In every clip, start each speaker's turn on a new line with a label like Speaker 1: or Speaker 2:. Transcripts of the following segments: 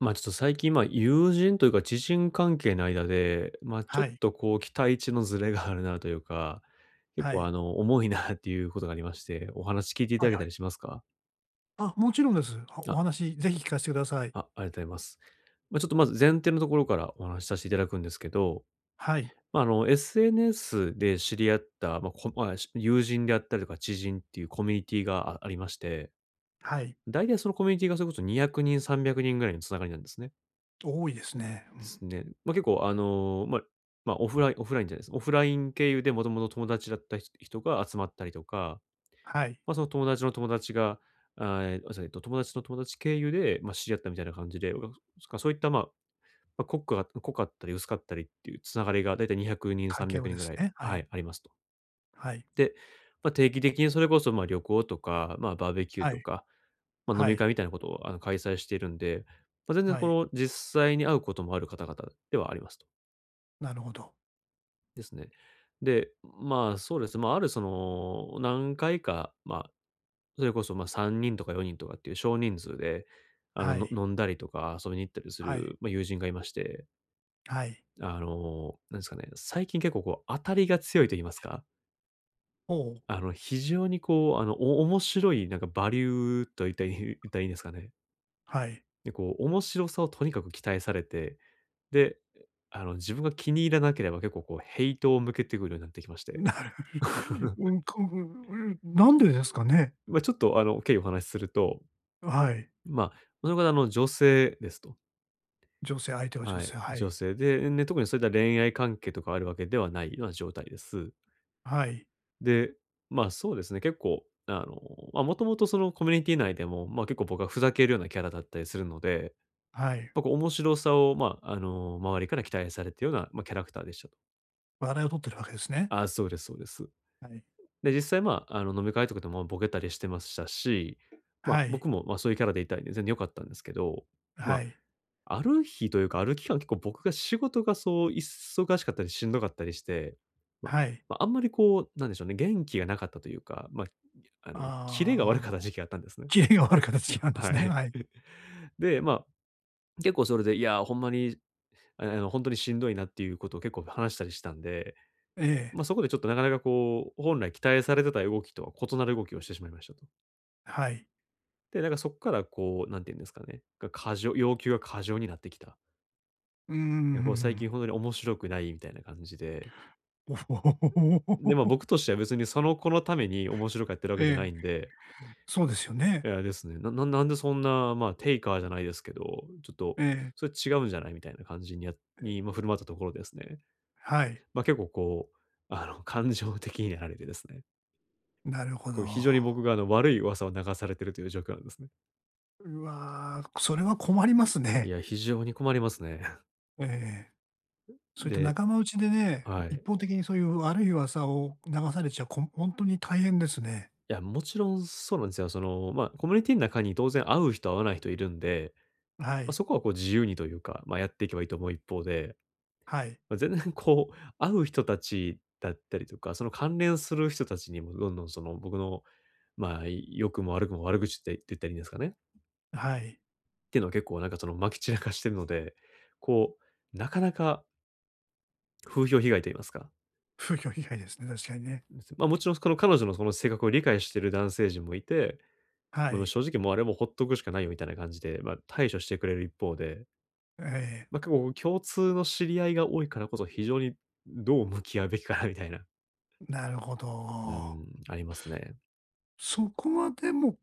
Speaker 1: ちょっと最近、友人というか、知人関係の間で、ちょ
Speaker 2: は
Speaker 1: っ
Speaker 2: い。
Speaker 1: とこう期待値のズレがあるなというか、結
Speaker 2: は
Speaker 1: 構
Speaker 2: い。
Speaker 1: 重いなっていうことがありまして、お話聞いていた
Speaker 2: はい
Speaker 1: だけ
Speaker 2: は
Speaker 1: た
Speaker 2: い。
Speaker 1: りしますか？
Speaker 2: あ、もちろんです。あ、お
Speaker 1: あ、
Speaker 2: 話ぜひ聞かせてください。
Speaker 1: ありがとうございます。まあ、ちょっとまず前提のところからお話しさせていただくんですけど、
Speaker 2: はい。
Speaker 1: まあ、あの SNS で知り合った、ま、こまあ、し友人であったりとか知人っていうコミュニティがありまして、
Speaker 2: はい。
Speaker 1: 大体そのコミュニティがそれこそ200人300人ぐらいのつながりなんですね。
Speaker 2: 多いですね。う
Speaker 1: で
Speaker 2: ん。
Speaker 1: すね。まあ、結構あの、オフラインじゃないです。オフライン経由でもともと友達だった人が集まったりとか、
Speaker 2: はい。
Speaker 1: まあ、友達の友達経由で、まあ、知り合ったみたいな感じで、僕はそっか、そういった、まあ、まあ、濃くが濃かったり薄かったりっていうつながりがだいたい200人、
Speaker 2: 関係
Speaker 1: 300
Speaker 2: をで
Speaker 1: 人ぐ
Speaker 2: す
Speaker 1: らい、
Speaker 2: ね。は
Speaker 1: は
Speaker 2: い。
Speaker 1: い、ありますと。
Speaker 2: はい。
Speaker 1: で、まあ、定期的にそれこそ、ま、旅行とか、まあ、バーベキュー
Speaker 2: は
Speaker 1: と
Speaker 2: い。
Speaker 1: か、まあ、飲
Speaker 2: は
Speaker 1: み
Speaker 2: い。
Speaker 1: 会みたいなことを、あの、開催しているんで、まあ、全然
Speaker 2: は
Speaker 1: こ
Speaker 2: い。
Speaker 1: の実際に会うこともある方々ではあります。
Speaker 2: なるほど。
Speaker 1: ですね。で、まあ、そうですね、まあ、あるその、何回か、まあ、それこそ、ま、3人とか4人とかっていう少人数で、あの、
Speaker 2: は
Speaker 1: の
Speaker 2: い。
Speaker 1: 飲んだりとか遊びに行ったりす
Speaker 2: はい。
Speaker 1: る、まあ、友人がいまして、
Speaker 2: はい。
Speaker 1: あの、なんですかね、最近結構こう当たりが強いと言いますか、
Speaker 2: ほ
Speaker 1: あ
Speaker 2: う。
Speaker 1: の、非常にこう、あの、お面白いなんかバリューと言ったらいい言ったらいいんですかね。
Speaker 2: はい。
Speaker 1: で、こう面白さをとにかく期待されて、で、あの、自分が気に入らなければ結構こうヘイトを向けてくるようになってきまして。
Speaker 2: なる う ん、なんでですかね？
Speaker 1: まあ、ちょっと、あの、経緯をお話しすると、
Speaker 2: はい。
Speaker 1: まあ、その方、あの、女性ですと。
Speaker 2: 女性相手は女
Speaker 1: はい、
Speaker 2: 性、はい。
Speaker 1: 女性で、ね、特にそういった恋愛関係とかあるわけではないような状態です。
Speaker 2: はい。
Speaker 1: で、ま、そうですね、結構、あの、ま、もともとそのコミュニティ内でも、ま、結構僕はふざけるようなキャラだったりするので、
Speaker 2: はい。
Speaker 1: まあ、こう面白さを、まあ、あの、周りから期待されてるような、まあ、キャラクターでしたと。
Speaker 2: 笑いを取ってるわけですね。
Speaker 1: あ、そうですそうです。
Speaker 2: はい。
Speaker 1: で、実際、まあ、あの、飲み会とかでもまボケたりしてましたし、ま、
Speaker 2: はい。
Speaker 1: 僕も、ま、そういうキャラでいたいんで全然良かったんですけど、
Speaker 2: は
Speaker 1: ま
Speaker 2: い。
Speaker 1: ある日というか、ある期間、結構僕が仕事が忙しかったりしんどかったりして、ま、
Speaker 2: はい。
Speaker 1: ま、あんまりこう、なんでしょうね、元気がなかったというか、ま、あの、キレが悪
Speaker 2: ああ、
Speaker 1: かった時期があったんですね。
Speaker 2: キレが悪い形 なん
Speaker 1: あ、
Speaker 2: です
Speaker 1: は
Speaker 2: ね。
Speaker 1: い。
Speaker 2: はい。
Speaker 1: で、ま、結構それで、いや、ほんまに、あの、ほんとにしんどいなっていうことを結構話したりしたんで、
Speaker 2: ええ。
Speaker 1: ま、そこでちょっとなかなかこう、本来期待されてた動きとは異なる動きをしてしまいましたと。
Speaker 2: はい。
Speaker 1: で、なんかそっからこう、何て言うんですかね、が過剰要求が過剰になってきた。
Speaker 2: うー
Speaker 1: いや、こう最近
Speaker 2: ん。
Speaker 1: ほんとに面白くないみたいな感じで
Speaker 2: お
Speaker 1: で、ま、
Speaker 2: お。
Speaker 1: 僕としては別にその子のために面白くやってる わけじゃな
Speaker 2: ええ。
Speaker 1: いんで、
Speaker 2: そうですよね。
Speaker 1: いやですね、なんでそんな、まあ、テイカーじゃないですけど、ちょっと、
Speaker 2: え
Speaker 1: それ違うんじゃないみたいな感じに
Speaker 2: え。え、
Speaker 1: まあ、振る舞ったところですね、
Speaker 2: はい。
Speaker 1: ま、結構こう、あの、感情的になられてですね、
Speaker 2: なるほ
Speaker 1: こ
Speaker 2: ど。
Speaker 1: う非常に僕があの悪い噂を流されてるという状況なんですね。
Speaker 2: うわ、それは困ります
Speaker 1: い
Speaker 2: ね。
Speaker 1: や、非常に困りますね。
Speaker 2: ええ。そういった
Speaker 1: で
Speaker 2: 仲間内でね、
Speaker 1: は
Speaker 2: 一
Speaker 1: い。
Speaker 2: 方的にそういう悪い噂を流されちゃ、こんほんとに大変ですね。
Speaker 1: いや、もちろんそうなんですよ。その、まあ、コミュニティの中に当然会う人会わない人いるんで、
Speaker 2: は
Speaker 1: まあ、
Speaker 2: い。
Speaker 1: そこはこう自由にというか、まあ、やっていけばいいと思う一方で
Speaker 2: はい。
Speaker 1: ま、全然こう、会う人たちだったりとか、その関連する人たちにもどんどんその僕の、まあ、良くも悪くも悪口って言ったらいいんですかね、っ
Speaker 2: はい。
Speaker 1: ていうのは結構なんかその撒き散らかしてるので、こう、なかなか風評被害と言いますか。
Speaker 2: 風評被害ですね、確かにね。
Speaker 1: ま、もちろんこの彼女のその性格を理解している男性陣もいて、
Speaker 2: は
Speaker 1: まあ、
Speaker 2: い。
Speaker 1: 正直もうあれもほっとくしかないよみたいな感じで、ま、対処してくれる一方で、
Speaker 2: え
Speaker 1: ま、結構共通の知り合いが多いからこそ非常にどう向き合うべきかなみたいな、
Speaker 2: え、なるほ
Speaker 1: う
Speaker 2: ど。
Speaker 1: ん、ありますね。
Speaker 2: そこはでも、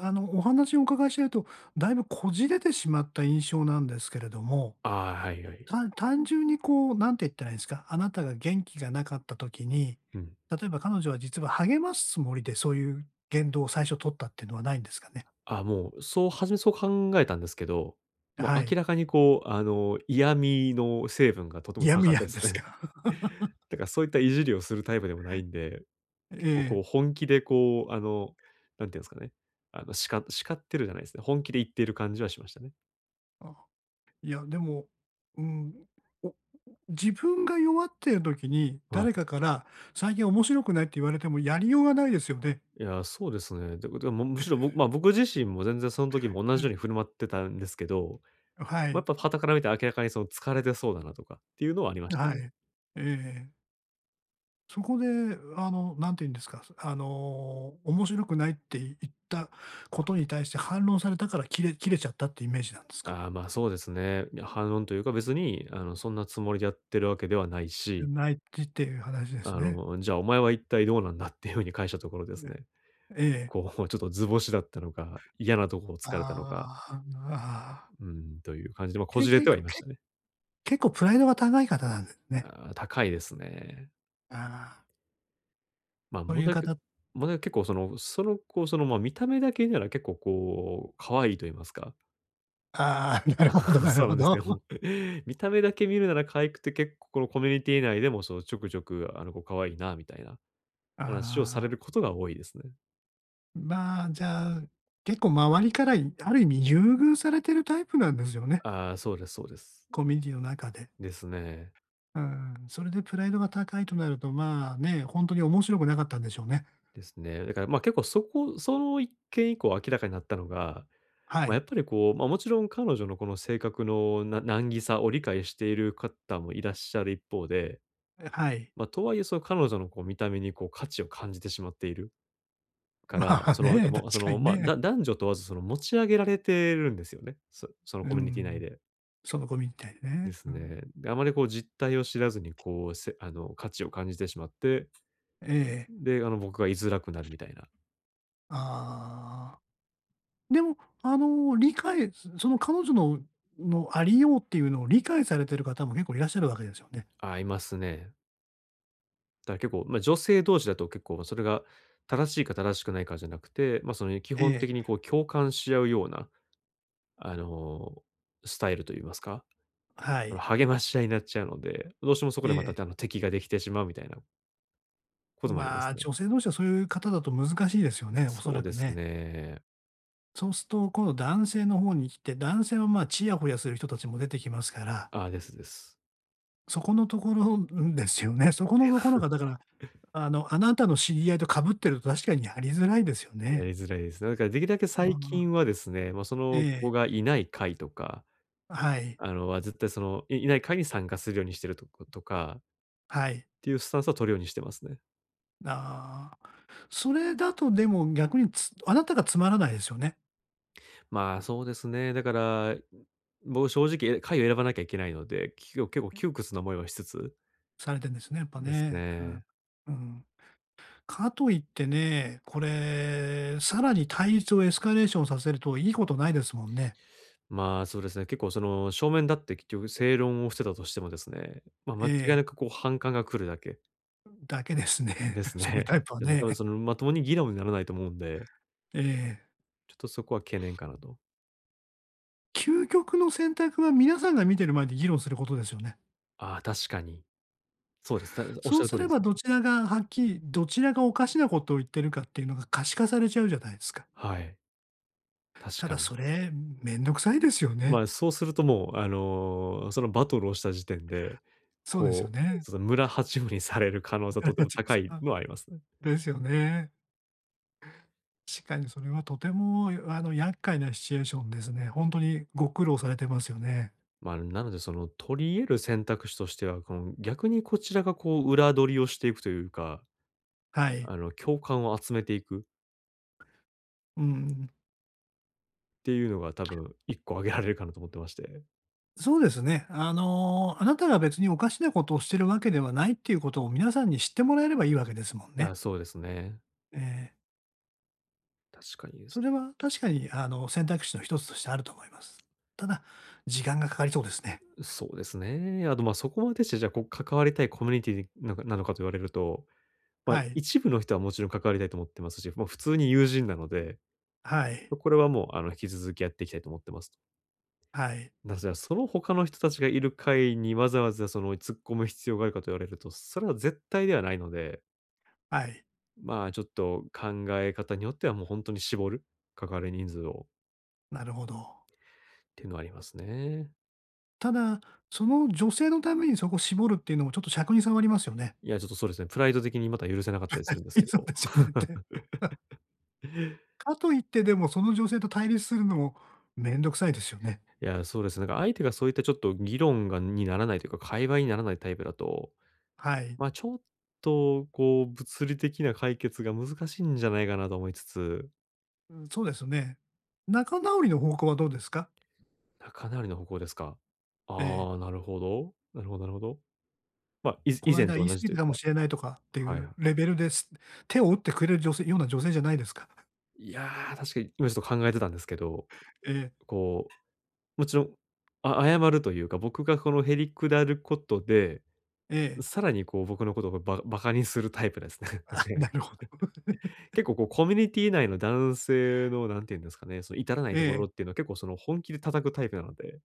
Speaker 2: あの、お話をお伺いしていると、だいぶこじれてしまった印象なんですけれども、
Speaker 1: ああ、はいはい。
Speaker 2: た単純にこう、なんて言ったらいいんですか、あなたが元気がなかった時に、
Speaker 1: うん。
Speaker 2: 例えば彼女は実は励ますつもりで、そういう言動を最初取ったっていうのはないんですかね？
Speaker 1: あ、もう、初めそう考えたんですけど、もう
Speaker 2: は
Speaker 1: 明
Speaker 2: い。
Speaker 1: らかにこう、あの、嫌味の成分がとても
Speaker 2: 嫌
Speaker 1: 高
Speaker 2: 味
Speaker 1: かっ
Speaker 2: な
Speaker 1: たで
Speaker 2: ん
Speaker 1: す
Speaker 2: です
Speaker 1: ね。
Speaker 2: か？
Speaker 1: だからそういったいじりをするタイプでもないんで、
Speaker 2: え
Speaker 1: 結構こう
Speaker 2: え。
Speaker 1: 本気でこう、あの、なんていうんですかね、あの、叱ってるじゃないですね。本気で言っている感じはしましたね。
Speaker 2: あ、いや、でも、うん、お自分が弱っている時に、
Speaker 1: は
Speaker 2: 誰
Speaker 1: い。
Speaker 2: かから「最近面白くない」って言われてもやりようがないですよね。
Speaker 1: いや、そうですね。で、でも、むしろ僕自身も全然その時も同
Speaker 2: う
Speaker 1: じよ
Speaker 2: ん。
Speaker 1: うに振る舞ってたんですけど、
Speaker 2: は
Speaker 1: まあ、
Speaker 2: い。
Speaker 1: やっぱ傍から見て明らかにその疲れてそうだなとかっていうのはありました
Speaker 2: は
Speaker 1: ね。
Speaker 2: い。ええ。そこで、あの、なんて言うんですか、あの、面白くないって言ったことに対して反論されたから切れちゃったってイメージなんですか？
Speaker 1: ああ、まあ、そうですね。いや、反論というか、別に、あの、そんなつもりでやってるわけではない
Speaker 2: な
Speaker 1: し、
Speaker 2: 泣いてっていう話です
Speaker 1: あ
Speaker 2: ね。
Speaker 1: の、じゃあお前は一体どうなんだっていうふうに返したところです
Speaker 2: で、
Speaker 1: ね。
Speaker 2: ええ。
Speaker 1: こう、ちょっと図星だったのか、嫌なとこを突かれたのか、
Speaker 2: ああ。ああ。
Speaker 1: うん、という感じで、ま、こ
Speaker 2: け
Speaker 1: じれ
Speaker 2: けけ
Speaker 1: てはいましたね。
Speaker 2: 結構プライドが高い方なんですね。
Speaker 1: ああ、高いですね。
Speaker 2: ああ、
Speaker 1: ま、
Speaker 2: そう
Speaker 1: 問
Speaker 2: いう
Speaker 1: 題け
Speaker 2: 方
Speaker 1: 問題は結構その、その子、その、ま、見た目だけなら結構こう、可愛いと言いますか。
Speaker 2: ああ、なるほどな
Speaker 1: そ
Speaker 2: る
Speaker 1: うな
Speaker 2: ほ
Speaker 1: んです
Speaker 2: ど。
Speaker 1: よ。見た目だけ見るなら可愛くて、結構このコミュニティ内でも、そう、ちょくちょく、あのこう可愛いなみたいな
Speaker 2: あ
Speaker 1: 話をされる
Speaker 2: あ。
Speaker 1: ことが多いですね。
Speaker 2: まあ、じゃあ、結構周りからある意味優遇されてるタイプなんですよね、
Speaker 1: ああ、そうですそうです。
Speaker 2: コミュニティの中で。
Speaker 1: ですね。
Speaker 2: うん、それでプライドが高いとなると、まあ、ね、ほんとに面白くなかったんでしょうね。
Speaker 1: ですね。だから、ま、結構そこその一件以降明らかになったのが、
Speaker 2: は
Speaker 1: まあ、や
Speaker 2: い。
Speaker 1: っぱりこう、ま、もちろん彼女のこの性格のな難儀さを理解している方もいらっしゃる一方で、
Speaker 2: え、はい。
Speaker 1: ま、とはいえその彼女のこう見た目にこう価値を感じてしまっている か
Speaker 2: ま
Speaker 1: ら、
Speaker 2: あ
Speaker 1: そのなんか
Speaker 2: ね、確
Speaker 1: もう、そ
Speaker 2: か
Speaker 1: の、
Speaker 2: に
Speaker 1: ま、
Speaker 2: ね。
Speaker 1: だ男女問わずその持ち上げられてるんですよね。その
Speaker 2: う
Speaker 1: コミュニティ内
Speaker 2: ん、
Speaker 1: で。
Speaker 2: その子みたい
Speaker 1: で
Speaker 2: ね。
Speaker 1: す
Speaker 2: うん。
Speaker 1: ね。で、あまりこう実態を知らずにこう、せあの、価値を感じてしまって
Speaker 2: ええええ。
Speaker 1: で、あの、僕が居づらくなるみたいな。
Speaker 2: ああ。でも、あの、理解すその彼女ののありようっていうのを理解されてる方も結構いらっしゃるわけですよね。
Speaker 1: あ、いますね。だから結構、まあ、女性同士だと結構それが正しいか正しくないかじゃなくて、まあ、基
Speaker 2: え
Speaker 1: 本的
Speaker 2: え、
Speaker 1: にこう共感し合うような、あの、スタイルと言いますか、
Speaker 2: はい。
Speaker 1: 励まし合いになっちゃうので、どうしてもそこ
Speaker 2: え
Speaker 1: でま
Speaker 2: え。
Speaker 1: た、敵ができてしまうみたいなこともありま
Speaker 2: ま
Speaker 1: す
Speaker 2: あ、
Speaker 1: ね。
Speaker 2: 女性同士はそういう方だと難しいですよね、おそ
Speaker 1: そう
Speaker 2: ら
Speaker 1: で
Speaker 2: く
Speaker 1: す
Speaker 2: ね。
Speaker 1: ね。
Speaker 2: そうすると、今度男性の方に来て、男性は、まあ、ちやほやする人たちも出てきますから、
Speaker 1: あ、ですです。
Speaker 2: そこのところですよね。そこのところがだから、あの、あなたの知り合いと被ってると確かにやりづらいですよ
Speaker 1: や
Speaker 2: ね。
Speaker 1: りづらいですね。だからできるだけ
Speaker 2: あ
Speaker 1: 最
Speaker 2: あ。
Speaker 1: 近はですね、まあそ
Speaker 2: え
Speaker 1: の
Speaker 2: え。
Speaker 1: 子がいない会とか、
Speaker 2: はい。
Speaker 1: 絶対いない会に参加するようにしてるとことか
Speaker 2: はい。
Speaker 1: っていうスタンスは取るようにしてますね。
Speaker 2: ああ、それだとでも逆につあなたがつまらないですよね。
Speaker 1: まあ、そうですね。だから、僕正直、会を選ばなきゃいけないので、結構窮屈な思いはしつつ
Speaker 2: されてんですね、やっぱ
Speaker 1: です
Speaker 2: ね。
Speaker 1: ね。
Speaker 2: うん。うん。かといってね、これ、さらに対立をエスカレーションさせるといいことないですもんね。
Speaker 1: まあ、そうですね、結構その正面だって結局正論をしてたとしてもですね、ま、
Speaker 2: え
Speaker 1: 間違いなく
Speaker 2: え。
Speaker 1: こう反感が来るだけ
Speaker 2: だけですね。
Speaker 1: で す
Speaker 2: そういう
Speaker 1: ね。
Speaker 2: タイ プは
Speaker 1: なんで多分
Speaker 2: ね。
Speaker 1: そのまともに議論にならないと思うんで、
Speaker 2: ええ。
Speaker 1: ちょっとそこは懸念かなと。
Speaker 2: 究極の選択は皆さんが見てる前で議論することですよね。
Speaker 1: ああ、確かに。そうです。おっ
Speaker 2: そ
Speaker 1: しゃ
Speaker 2: う
Speaker 1: る
Speaker 2: す
Speaker 1: 通り
Speaker 2: れ
Speaker 1: です
Speaker 2: ば
Speaker 1: ね。
Speaker 2: どちらがはっきり、どちらがおかしなことを言ってるかっていうのが可視化されちゃうじゃないですか。
Speaker 1: はい、確
Speaker 2: ただ
Speaker 1: かに。
Speaker 2: それ、めんどくさいですよ
Speaker 1: ま
Speaker 2: ね。
Speaker 1: あ、そうするともう、そのバトルをした時点で、
Speaker 2: そうですよ
Speaker 1: こう、
Speaker 2: ね。
Speaker 1: その村八分にされる可能性はとても高い のはありますね。
Speaker 2: ですよね。確かにそれはとても、あの、厄介なシチュエーションですね。本当にご苦労されてますよね。
Speaker 1: まあ、なのでその取り得る選択肢としては、この逆にこちらがこう裏取りをしていくというか、
Speaker 2: はい。
Speaker 1: 共感を集めていくっ
Speaker 2: うん。
Speaker 1: ていうのが多分1個挙げられるかなと思ってまして。
Speaker 2: そうですね。あの、あなたが別におかしなことをしてるわけではないっていうことを皆さんに知ってもらえればいいわけですもん
Speaker 1: い
Speaker 2: ね。
Speaker 1: や、そうですね。
Speaker 2: ええ、
Speaker 1: 確かにで
Speaker 2: そ
Speaker 1: す。
Speaker 2: れは確かに、あの、選択肢の一つとしてあると思います。ただ、時間がかかりそうですね。
Speaker 1: そうですね。あと、まあ、そこまでしてじゃあこう関わりたいコミュニティなのかと言われると、まあ、
Speaker 2: はい。
Speaker 1: 一部の人はもちろん関わりたいと思ってますし、もう普通に友人なので、
Speaker 2: はい。
Speaker 1: まこれはもう、引き続きやっていきたいと思ってますと。
Speaker 2: はい。
Speaker 1: なぜその他の人たちがいる会にわざわざその突っ込む必要があるかと言われると、それは絶対ではないので、
Speaker 2: はい。
Speaker 1: まあ、ちょっと考え方によってはもう本当に絞る、関わり人数を
Speaker 2: なるほど。
Speaker 1: っていうのはありますね。
Speaker 2: ただ、その女性のためにそこ絞るっていうのもちょっと尺に触りますよね。
Speaker 1: いや、ちょっとそうですね、プライド的にまた許せなかったりするんで す
Speaker 2: い
Speaker 1: け
Speaker 2: そう
Speaker 1: ど。
Speaker 2: ですよねって。かといってでもその女性と対立するのもめんどくさいですよね。
Speaker 1: いや、そうですね、なんか相手がそういったちょっと議論がにならないというか、会話にならないタイプだと、
Speaker 2: はい。
Speaker 1: まあ、ちょっとこう、物理的な解決が難しいんじゃないかなと思いつつ、
Speaker 2: うん、そうですね。仲直りの方向はどうですか？
Speaker 1: あ、かなりの歩行ですか。
Speaker 2: ええ、
Speaker 1: ああ、なるほど。なるほどなるほど。まあ、
Speaker 2: こ
Speaker 1: 以
Speaker 2: の
Speaker 1: 前
Speaker 2: 間
Speaker 1: と
Speaker 2: 言い
Speaker 1: 同
Speaker 2: 過
Speaker 1: じ
Speaker 2: ぎ
Speaker 1: と
Speaker 2: た
Speaker 1: いう
Speaker 2: かも
Speaker 1: か、
Speaker 2: しれないとかってい
Speaker 1: はいは
Speaker 2: う
Speaker 1: い。
Speaker 2: レベルです。手を打ってくれる女性ような女性じゃないですか？
Speaker 1: いやー、確かに今ちょっと考えてたんですけど、
Speaker 2: ええ。
Speaker 1: こう、もちろん、謝るというか、僕がこのへりくだることで、
Speaker 2: ええ。
Speaker 1: さらにこう僕のことをババカにするタイプですね、間
Speaker 2: あ、
Speaker 1: 違いな
Speaker 2: な
Speaker 1: く。
Speaker 2: るほど。
Speaker 1: 結構こうコミュニティ内の男性の、んていうんですかね、その至らな
Speaker 2: え
Speaker 1: いところ
Speaker 2: え、
Speaker 1: っていうのは結構その本気で叩くタイプなので、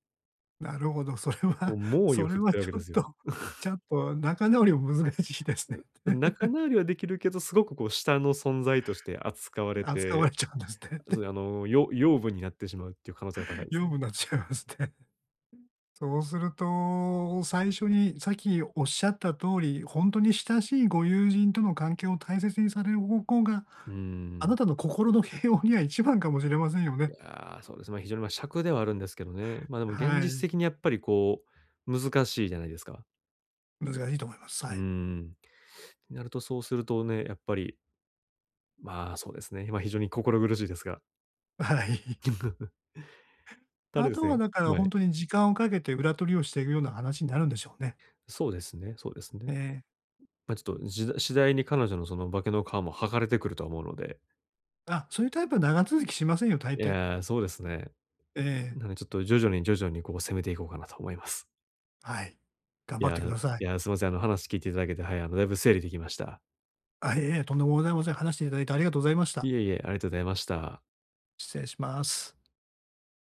Speaker 2: なるほど。それ
Speaker 1: こ
Speaker 2: は
Speaker 1: う猛威
Speaker 2: そ
Speaker 1: を
Speaker 2: れ
Speaker 1: 振るっ
Speaker 2: は
Speaker 1: てるわ
Speaker 2: ち
Speaker 1: け
Speaker 2: ょ
Speaker 1: で
Speaker 2: っ
Speaker 1: す
Speaker 2: と、
Speaker 1: よ。
Speaker 2: ちょっと仲直りも難しいですね。
Speaker 1: 仲 直りはできるけど、すごくこう下の存在として扱われ
Speaker 2: 扱わ
Speaker 1: て、
Speaker 2: れちゃうんですねって。
Speaker 1: そう養分になってしまうっていう可能性が高い です
Speaker 2: 養
Speaker 1: ね。
Speaker 2: 分になっちゃいますね。そうすると、最初にさっきおっしゃった通り、ほんとに親しいご友人との関係を大切にされる方向が
Speaker 1: うー
Speaker 2: あ
Speaker 1: ん。
Speaker 2: なたの心の平穏には一番かもしれませんよ
Speaker 1: い
Speaker 2: ね。
Speaker 1: や、そうですね、ま、非常に、ま、癪ではあるんですけどね。ま、でも現
Speaker 2: は
Speaker 1: 実
Speaker 2: い。
Speaker 1: 的にやっぱりこう、難しいじゃないですか。
Speaker 2: 難しいと思います。は
Speaker 1: うー
Speaker 2: い。
Speaker 1: ん。なると、そうするとね、やっぱり、まあ、そうですね、ま、非常に心苦しいですが、
Speaker 2: はい。
Speaker 1: ただ
Speaker 2: あ
Speaker 1: です
Speaker 2: とは
Speaker 1: ね、
Speaker 2: だから
Speaker 1: は
Speaker 2: ほん
Speaker 1: い。
Speaker 2: とに時間をかけて裏取りをしていくような話になるんでしょうね。
Speaker 1: そうですねそうです
Speaker 2: え
Speaker 1: ね。
Speaker 2: え。
Speaker 1: ま、ちょっと、次第に彼女のその化けの皮も剥がれてくるとは思うので、
Speaker 2: あ、そういうタイプは長続きしませんよ、大
Speaker 1: い
Speaker 2: 抵。
Speaker 1: やー、そうですね。
Speaker 2: ええ。
Speaker 1: なのでちょっと徐々に徐々にこう攻めていこうかなと思います。
Speaker 2: はい。頑
Speaker 1: い
Speaker 2: 張っ
Speaker 1: や
Speaker 2: てく
Speaker 1: ー、
Speaker 2: ださい。
Speaker 1: いや、すいません。あの話聞いていただけて、はい、あのだいぶ整理できました。
Speaker 2: あ、いえいえ、とんでもございません。話していただいてありがとうございました。
Speaker 1: いえいえ、ありがとうございました。
Speaker 2: 失礼します。